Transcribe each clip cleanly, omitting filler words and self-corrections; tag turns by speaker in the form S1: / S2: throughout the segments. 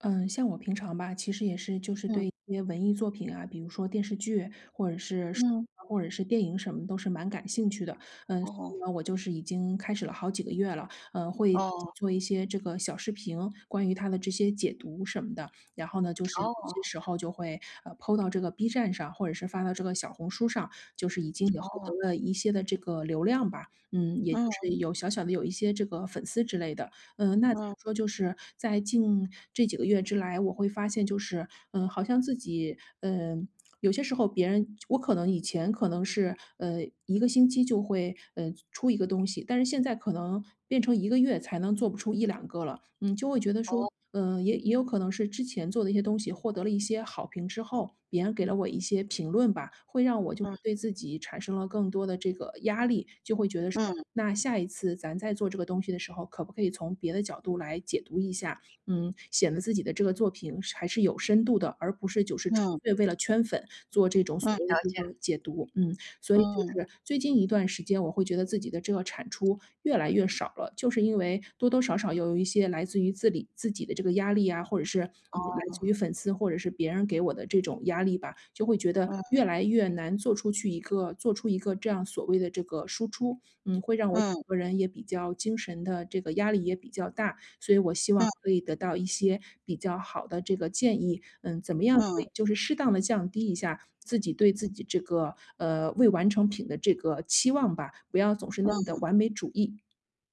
S1: 嗯，像我平常吧，其实也是就是
S2: 嗯，
S1: 对一些文艺作品啊，比如说电视剧或者是书
S2: 嗯，
S1: 啊或者是电影什么都是蛮感兴趣的。所
S2: 哦，
S1: 以呢我就是已经开始了好几个月了，会自己
S2: 哦，
S1: 做一些这个小视频，关于它的这些解读什么的。然后呢，就是有
S2: 哦，
S1: 些时候就会PO 到这个 B 站上，或者是发到这个小红书上，就是已经也获
S2: 哦，
S1: 得了一些的这个流量吧。嗯，也就
S2: 嗯，
S1: 是有小小的有一些这个粉丝之类的。嗯，那怎
S2: 嗯，
S1: 么说，就是在近这几个月之来，我会发现就是，嗯，好像自己，有些时候别人我可能以前可能是，一个星期就会，出一个东西，但是现在可能变成一个月才能做不出一两个了。嗯，就会觉得
S2: 哦，
S1: 说，也有可能是之前做的一些东西获得了一些好评之后，别人给了我一些评论吧，会让我就是
S2: 嗯，
S1: 对自己产生了更多的这个压力，就会觉得说
S2: 嗯，
S1: 那下一次咱再做这个东西的时候，可不可以从别的角度来解读一下？嗯，显得自己的这个作品是还是有深度的，而不是就是纯
S2: 嗯，
S1: 粹为了圈粉做这种
S2: 嗯，
S1: 所谓的
S2: 了
S1: 这
S2: 解，
S1: 个解读。嗯，所以就
S2: 嗯，
S1: 是最近一段时间，我会觉得自己的这个产出越来越少了，就是因为多多少少有一些来自于自理自己的这个压力啊，或者是来
S2: 哦，
S1: 自于粉丝或者是别人给我的这种压力吧，就会觉得
S2: 嗯，
S1: 越来越难做出去一个做出一个这样所谓的这个输出。嗯，会让我整
S2: 嗯，
S1: 个人也比较精神的这个压力也比较大，所以我希
S2: 嗯，
S1: 望可以得到一些比较好的这个建议。嗯，怎么样可
S2: 嗯，
S1: 以就是适当的降低一下自己对自己这个，未完成品的这个期望吧，不要总是那么的
S2: 嗯。
S1: 完美主义。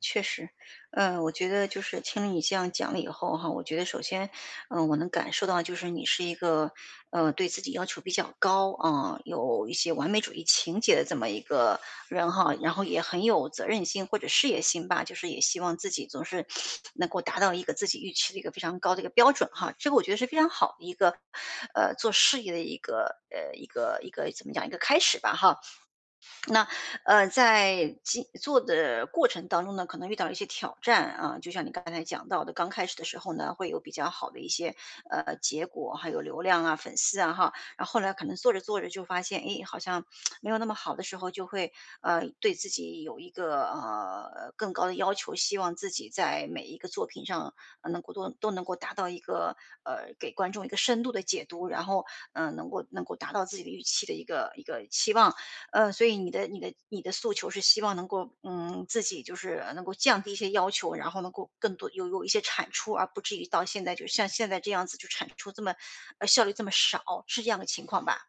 S2: 确实，我觉得就是听了你这样讲了以后哈。我觉得首先，我能感受到就是你是一个，对自己要求比较高啊，有一些完美主义情节的这么一个人哈。然后也很有责任心或者事业心吧，就是也希望自己总是能够达到一个自己预期的一个非常高的一个标准哈，这个我觉得是非常好的一个，做事业的一个，一个一个怎么讲一个开始吧哈。那，在进做的过程当中呢，可能遇到了一些挑战啊，就像你刚才讲到的。刚开始的时候呢，会有比较好的一些，结果，还有流量啊、粉丝啊哈。然后后来可能做着做着就发现，诶，好像没有那么好的时候，就会，对自己有一个，更高的要求，希望自己在每一个作品上，呃能够都都能够达到一个，给观众一个深度的解读，然后，能够达到自己的预期的一个期望。所以你的诉求是希望能够，自己就是能够降低一些要求，然后能够更多有一些产出，而不至于到现在就像现在这样子就产出这么，效率这么少，是这样的情况吧？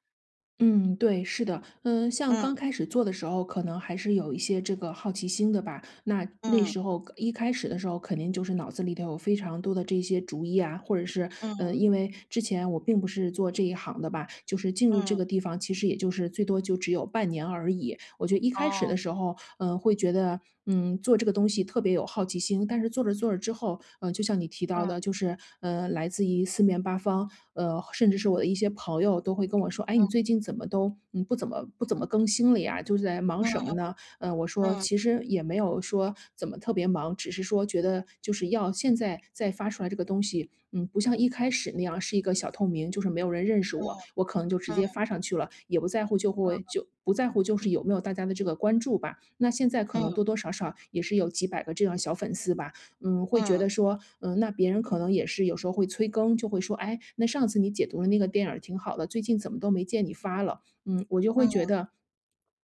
S1: 嗯，对，是的。嗯，像
S2: 嗯
S1: 刚开始做的时候，可能还是有一些这个好奇心的吧，那
S2: 嗯
S1: 时候一开始的时候，肯定就是脑子里头有非常多的这些主意啊，或者是
S2: 嗯
S1: 因为之前我并不是做这一行的吧，就是进入这
S2: 嗯，
S1: 个地方，其实也就是最多就只有半年而已。我觉得一开始
S2: 哦，
S1: 的时候，会觉得嗯，做这个东西特别有好奇心，但是做着做着之后，就像你提到的，
S2: 嗯
S1: 就是来自于四面八方，甚至是我的一些朋友都会跟我说，哎，你最近怎么都不怎么更新了呀？就是在忙什
S2: 嗯
S1: 么呢？我说
S2: 嗯
S1: 其实也没有说怎么特别忙，只是说觉得就是要现在再发出来这个东西，嗯，不像一开始那样是一个小透明，就是没有人认识我，
S2: 嗯
S1: 我可能就直
S2: 嗯
S1: 接发上去了，也不在乎就不在乎就是有没有大家的这个关注吧。那现在可能多
S2: 嗯
S1: 多少少也是有几百个这样小粉丝吧，嗯，会觉
S2: 嗯
S1: 得说，嗯，那别人可能也是有时候会催更，就会说，哎，那上次你解读的那个电影儿挺好的，最近怎么都没见你发了？嗯，我就会觉
S2: 嗯
S1: 得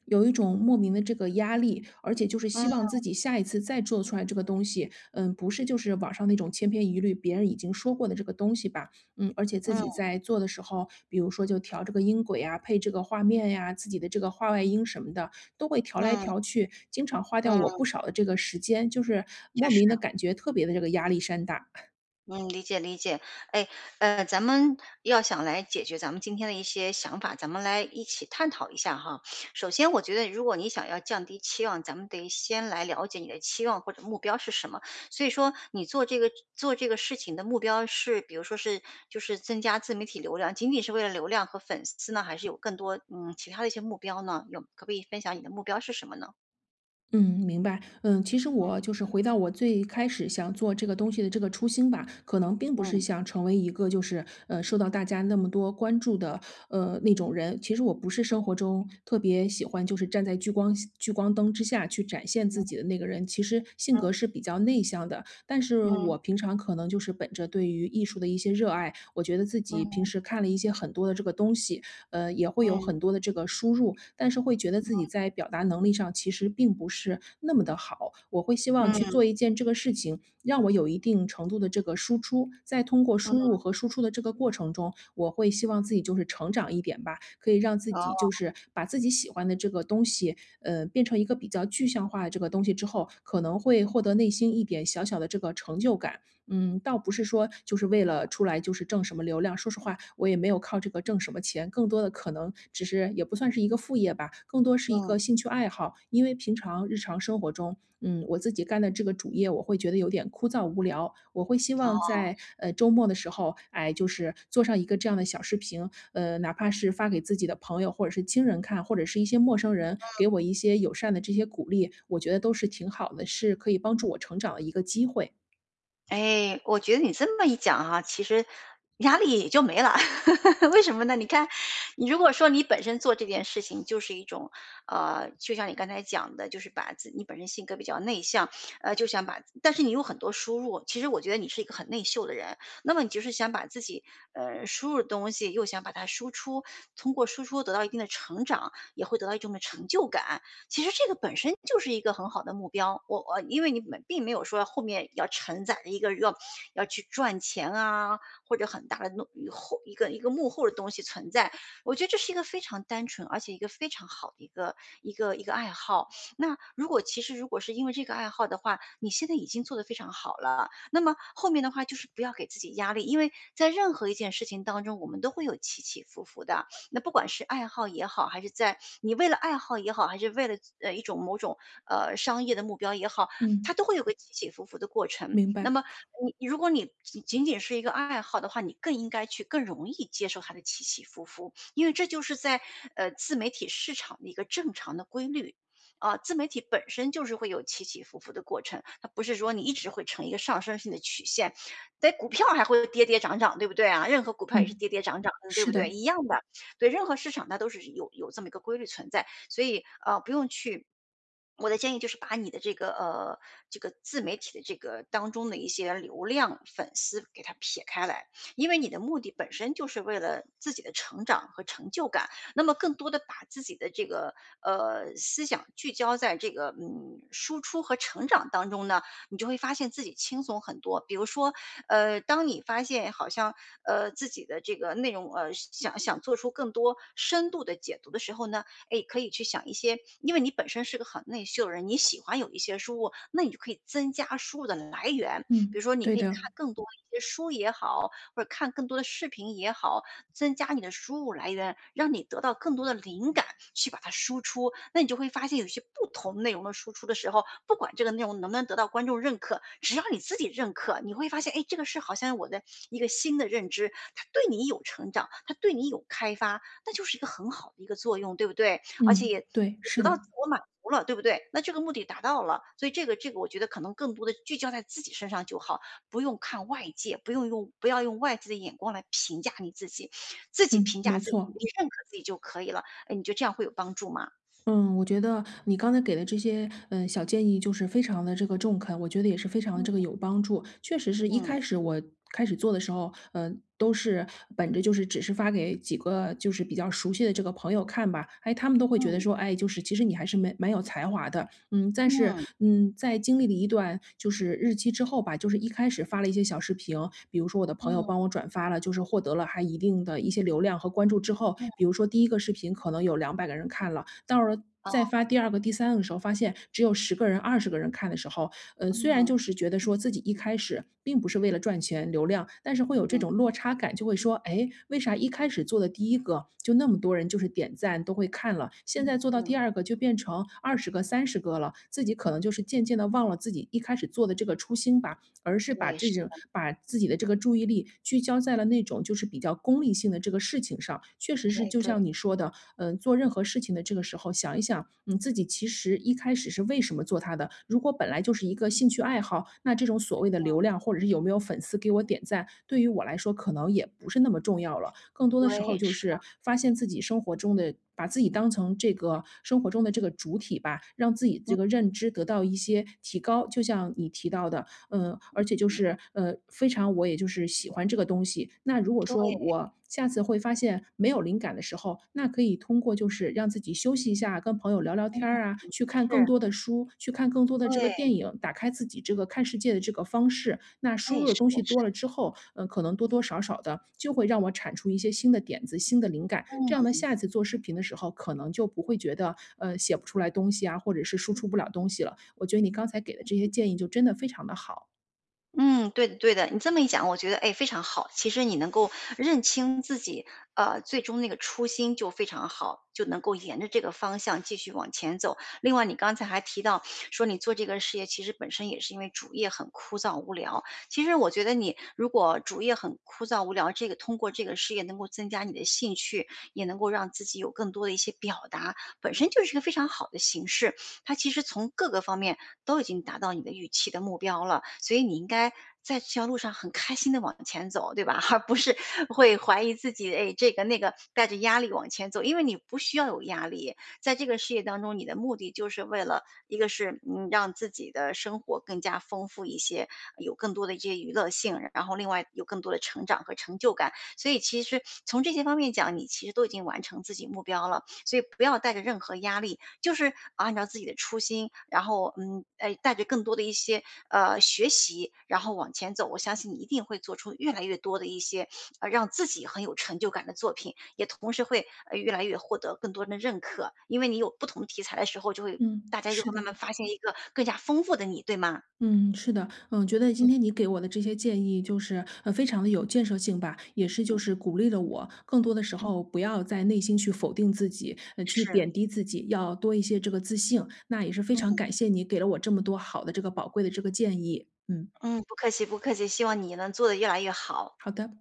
S1: 有一种莫名的这个压力，而且就是希望
S2: 嗯
S1: 自己下一次再做出来这个东西，嗯，不是就是网上那种千篇一律，别人已经说过的这个东西吧，嗯，而且自己
S2: 嗯
S1: 在做的时候，比如说就调这个音轨啊，配这个画面呀、自己的这个画外音什么的，都会调来
S2: 嗯
S1: 调去，经常花掉
S2: 嗯，
S1: 我不少的这个时间，就是
S2: 确
S1: 莫
S2: 实。
S1: 名的感觉特别的这个压力山大。
S2: 嗯，理解理解。哎，咱们要想来解决咱们今天的一些想法，咱们来一起探讨一下哈。首先，我觉得如果你想要降低期望，咱们得先来了解你的期望或者目标是什么。所以说，你做这个事情的目标是，比如说是就是增加自媒体流量，仅仅是为了流量和粉丝呢，还是有更多其他的一些目标呢？有，可不可以分享你的目标是什么呢？
S1: 嗯，明白。嗯，其实我
S2: 嗯
S1: 就是回到我最开始想做这个东西的这个初心吧，可能并不是
S2: 嗯
S1: 想成为一个就是受到大家那么多关注的那种人。其实我不是生活中特别喜欢就是站在聚光灯之下去展现自己的那个人。其实性格是比较内向的，但是
S2: 嗯
S1: 我平常可能就是本着对于艺术的一些热爱，我觉得自己平
S2: 嗯
S1: 时看了一些很多的这个东西，也会有
S2: 嗯
S1: 很多的这个输入，但是会觉得自己在表达能力上其实并不是那么的好。我会希望去
S2: 嗯
S1: 做一件这个事情，让我有一定程度的这个输出，在通过
S2: 嗯，
S1: 输入和输出的这个过程中，我会希望自己就是成长一点吧，可以让自己
S2: 哦
S1: 就是把自己喜欢的这个东西，变成一个比较具象化的这个东西之后，可能会获得内心一点小小的这个成就感。嗯，倒不是说就是为了出来就是挣什么流量，说实话，我也没有靠这个挣什么钱，更多的可能只是也不算是一个副业吧，更多是一
S2: 嗯
S1: 个兴趣爱好。因为平常日常生活中，嗯，我自己干的这个主业，我会觉得有点枯燥无聊，我会希望
S2: 哦。
S1: 在周末的时候，哎，就是做上一个这样的小视频，哪怕是发给自己的朋友或者是亲人看，或者是一些陌生人给我一些友善的这些鼓励，我觉得都是挺好的，是可以帮助我成长的一个机会。
S2: 哎，我觉得你这么一讲哈，其实压力也就没了。为什么呢？你看，你如果说你本身做这件事情就是一种，就像你刚才讲的，就是你本身性格比较内向，呃，就想把，但是你有很多输入。其实我觉得你是一个很内秀的人。那么你就是想把自己，输入的东西又想把它输出，通过输出得到一定的成长，也会得到一种的成就感。其实这个本身就是一个很好的目标。我因为你们并没有说后面要承载着一个要去赚钱啊，或者很大的弄后一个幕后的东西存在。我觉得这是一个非常单纯，而且一个非常好的一个爱好。那如果其实如果是因为这个爱好的话，你现在已经做得非常好了。那么后面的话就是不要给自己压力，因为在任何一件事情当中，我们都会有起起伏伏的。那不管是爱好也好，还是在你为了爱好也好，还是为了一种某种商业的目标也好，它
S1: 嗯。
S2: 都会有个起起伏伏的过程。
S1: 明
S2: 那
S1: 白，
S2: 么你如果你仅仅是一个爱好的话，你更应该去更容易接受它的起起伏伏，因为这就是在自媒体市场的一个正常的规律。啊，自媒体本身就是会有起起伏伏的过程，它不是说你一直会呈一个上升性的曲线，在股票还会跌跌涨涨，对不对啊？任何股票也是
S1: 嗯，
S2: 跌跌涨涨的，对
S1: 是
S2: 不
S1: 的，
S2: 对？一样的。对，任何市场它都是有这么一个规律存在，所以不用去。我的建议就是把你的这个自媒体的这个当中的一些流量粉丝给它撇开来，因为你的目的本身就是为了自己的成长和成就感，那么更多的把自己的这个思想聚焦在这个输出和成长当中呢，你就会发现自己轻松很多。比如说，当你发现好像自己的这个内容想想做出更多深度的解读的时候呢，哎，可以去想一些，因为你本身是个很内秀的人，你喜欢有一些书物，那你就可以增加书物的来源，比如
S1: 嗯，
S2: 说你可
S1: 对
S2: 以看
S1: 的，
S2: 更多一些书也好，或者看更多的视频也好，增加你的输入来源，让你得到更多的灵感去把它输出。那你就会发现，有些不同内容的输出的时候，不管这个内容能不能得到观众认可，只要你自己认可，你会发现，哎，这个是好像我的一个新的认知，它对你有成长，它对你有开发，那就是一个很好的一个作用，对不对？而且
S1: 嗯，
S2: 也
S1: 对，是
S2: 得到
S1: 的，
S2: 自我满足了，对不对？那这个目的达到了，所以这个，我觉得可能更多的聚焦在自己身上就好，不用看外界，不要用外界的眼光来评价你自己，自己
S1: 嗯，
S2: 评价
S1: 没
S2: 自己，
S1: 错。
S2: 你认可自己就可以了。哎，你觉得这样会有帮助吗？
S1: 嗯，我觉得你刚才给的这些，嗯，小建议就是非常的这个中肯，我觉得也是非常的这个
S2: 嗯
S1: 有帮助。确实是一
S2: 嗯
S1: 开始开始做的时候，都是本着就是只是发给几个就是比较熟悉的这个朋友看吧，哎，他们都会觉得
S2: 嗯
S1: 说，哎，就是其实你还是蛮有才华的，嗯，但是，
S2: 嗯
S1: 嗯，在经历了一段就是日期之后吧，就是一开始发了一些小视频，比如说我的朋友
S2: 嗯
S1: 帮我转发了，就是获得了还一定的一些流量和关注之后，
S2: 嗯，
S1: 比如说第一个视频可能有200个人看了，到了
S2: 哦，
S1: 再发第二个、第三个的时候，发现只有十个人、二十个人看的时候，虽然
S2: 嗯
S1: 就是觉得说自己一开始并不是为了赚钱流量，但是会有这
S2: 嗯
S1: 种落差感，就会说，哎，为啥一开始做的第一个就那么多人就是点赞都会看了，现在做到第
S2: 嗯，
S1: 二个就变成二十个、30个了，自己可能就是渐渐的忘了自己一开始做的这个初心吧，而是把
S2: 对，
S1: 这
S2: 是，
S1: 种把自己的这个注意力聚焦在了那种就是比较功利性的这个事情上。确实是
S2: 哎，
S1: 就
S2: 对
S1: 像你说的，嗯，做任何事情的这个时候，想一想，嗯，自己其实一开始是为什么做它的。如果本来就是一个兴趣爱好，那这种所谓的流量或者是有没有粉丝给我点赞，对于我来说可能也不是那么重要了。更多的时候
S2: 对，
S1: 就
S2: 是的，
S1: 是发现自己生活中的把自己当成这个生活中的这个主体吧，让自己这个认知得到一些提高。就像你提到的，嗯，而且就
S2: 嗯
S1: 是非常我也就是喜欢这个东西。那如果
S2: 对，
S1: 说我下次会发现没有灵感的时候，那可以通过就是让自己休息一下，跟朋友聊聊
S2: 嗯，
S1: 天儿啊，去看更
S2: 是，
S1: 多的书，去看更多的这个
S2: 对，
S1: 电影，打开自己这个看世界的这个方式。那输
S2: 哎，
S1: 入
S2: 是
S1: 的
S2: 的，
S1: 东西
S2: 是
S1: 多了之后，嗯，可能多多少少的就会让我产出一些新的点子、新的灵感。
S2: 的，
S1: 这样呢，
S2: 嗯。
S1: 下次做视频的时候，可能就不会觉得写不出来东西啊，或者是输出不了东西了。我觉得你刚才给的这些建议就真的非常的好。
S2: 嗯，对的对的，你这么一讲，我觉得，哎，非常好。其实你能够认清自己，最终那个初心就非常好，就能够沿着这个方向继续往前走。另外，你刚才还提到说，你做这个事业其实本身也是因为主业很枯燥无聊。其实我觉得你如果主业很枯燥无聊，这个通过这个事业能够增加你的兴趣，也能够让自己有更多的一些表达，本身就是一个非常好的形式。它其实从各个方面都已经达到你的预期的目标了，所以你应该在这条路上很开心的往前走，对吧？而不是会怀疑自己，哎，这个那个，带着压力往前走，因为你不需要有压力。在这个事业当中，你的目的就是为了一个是，让自己的生活更加丰富一些，有更多的这些娱乐性，然后另外有更多的成长和成就感。所以其实从这些方面讲，你其实都已经完成自己目标了，所以不要带着任何压力就是按照自己的初心，然后哎，带着更多的一些学习，然后往前走，我相信你一定会做出越来越多的一些让自己很有成就感的作品，也同时会越来越获得更多人的认可，因为你有不同题材的时候，
S1: 嗯，
S2: 大家就
S1: 是
S2: 会慢
S1: 的，
S2: 慢发现一个更加丰富的你，对吗？
S1: 嗯，是的，嗯，觉得今天你给我的这些建议就是，非常的有建设性吧，也是就
S2: 嗯，
S1: 是鼓励了我，更多的时
S2: 嗯
S1: 候不要在内心去否定自己，去
S2: 是，
S1: 贬低自己，要多一些这个自信，那也是非常
S2: 嗯
S1: 感谢你给了我这么多好的这个宝贵的这个建议。嗯，
S2: 嗯，不客气不客气，希望你能做得越来越好。
S1: 好的。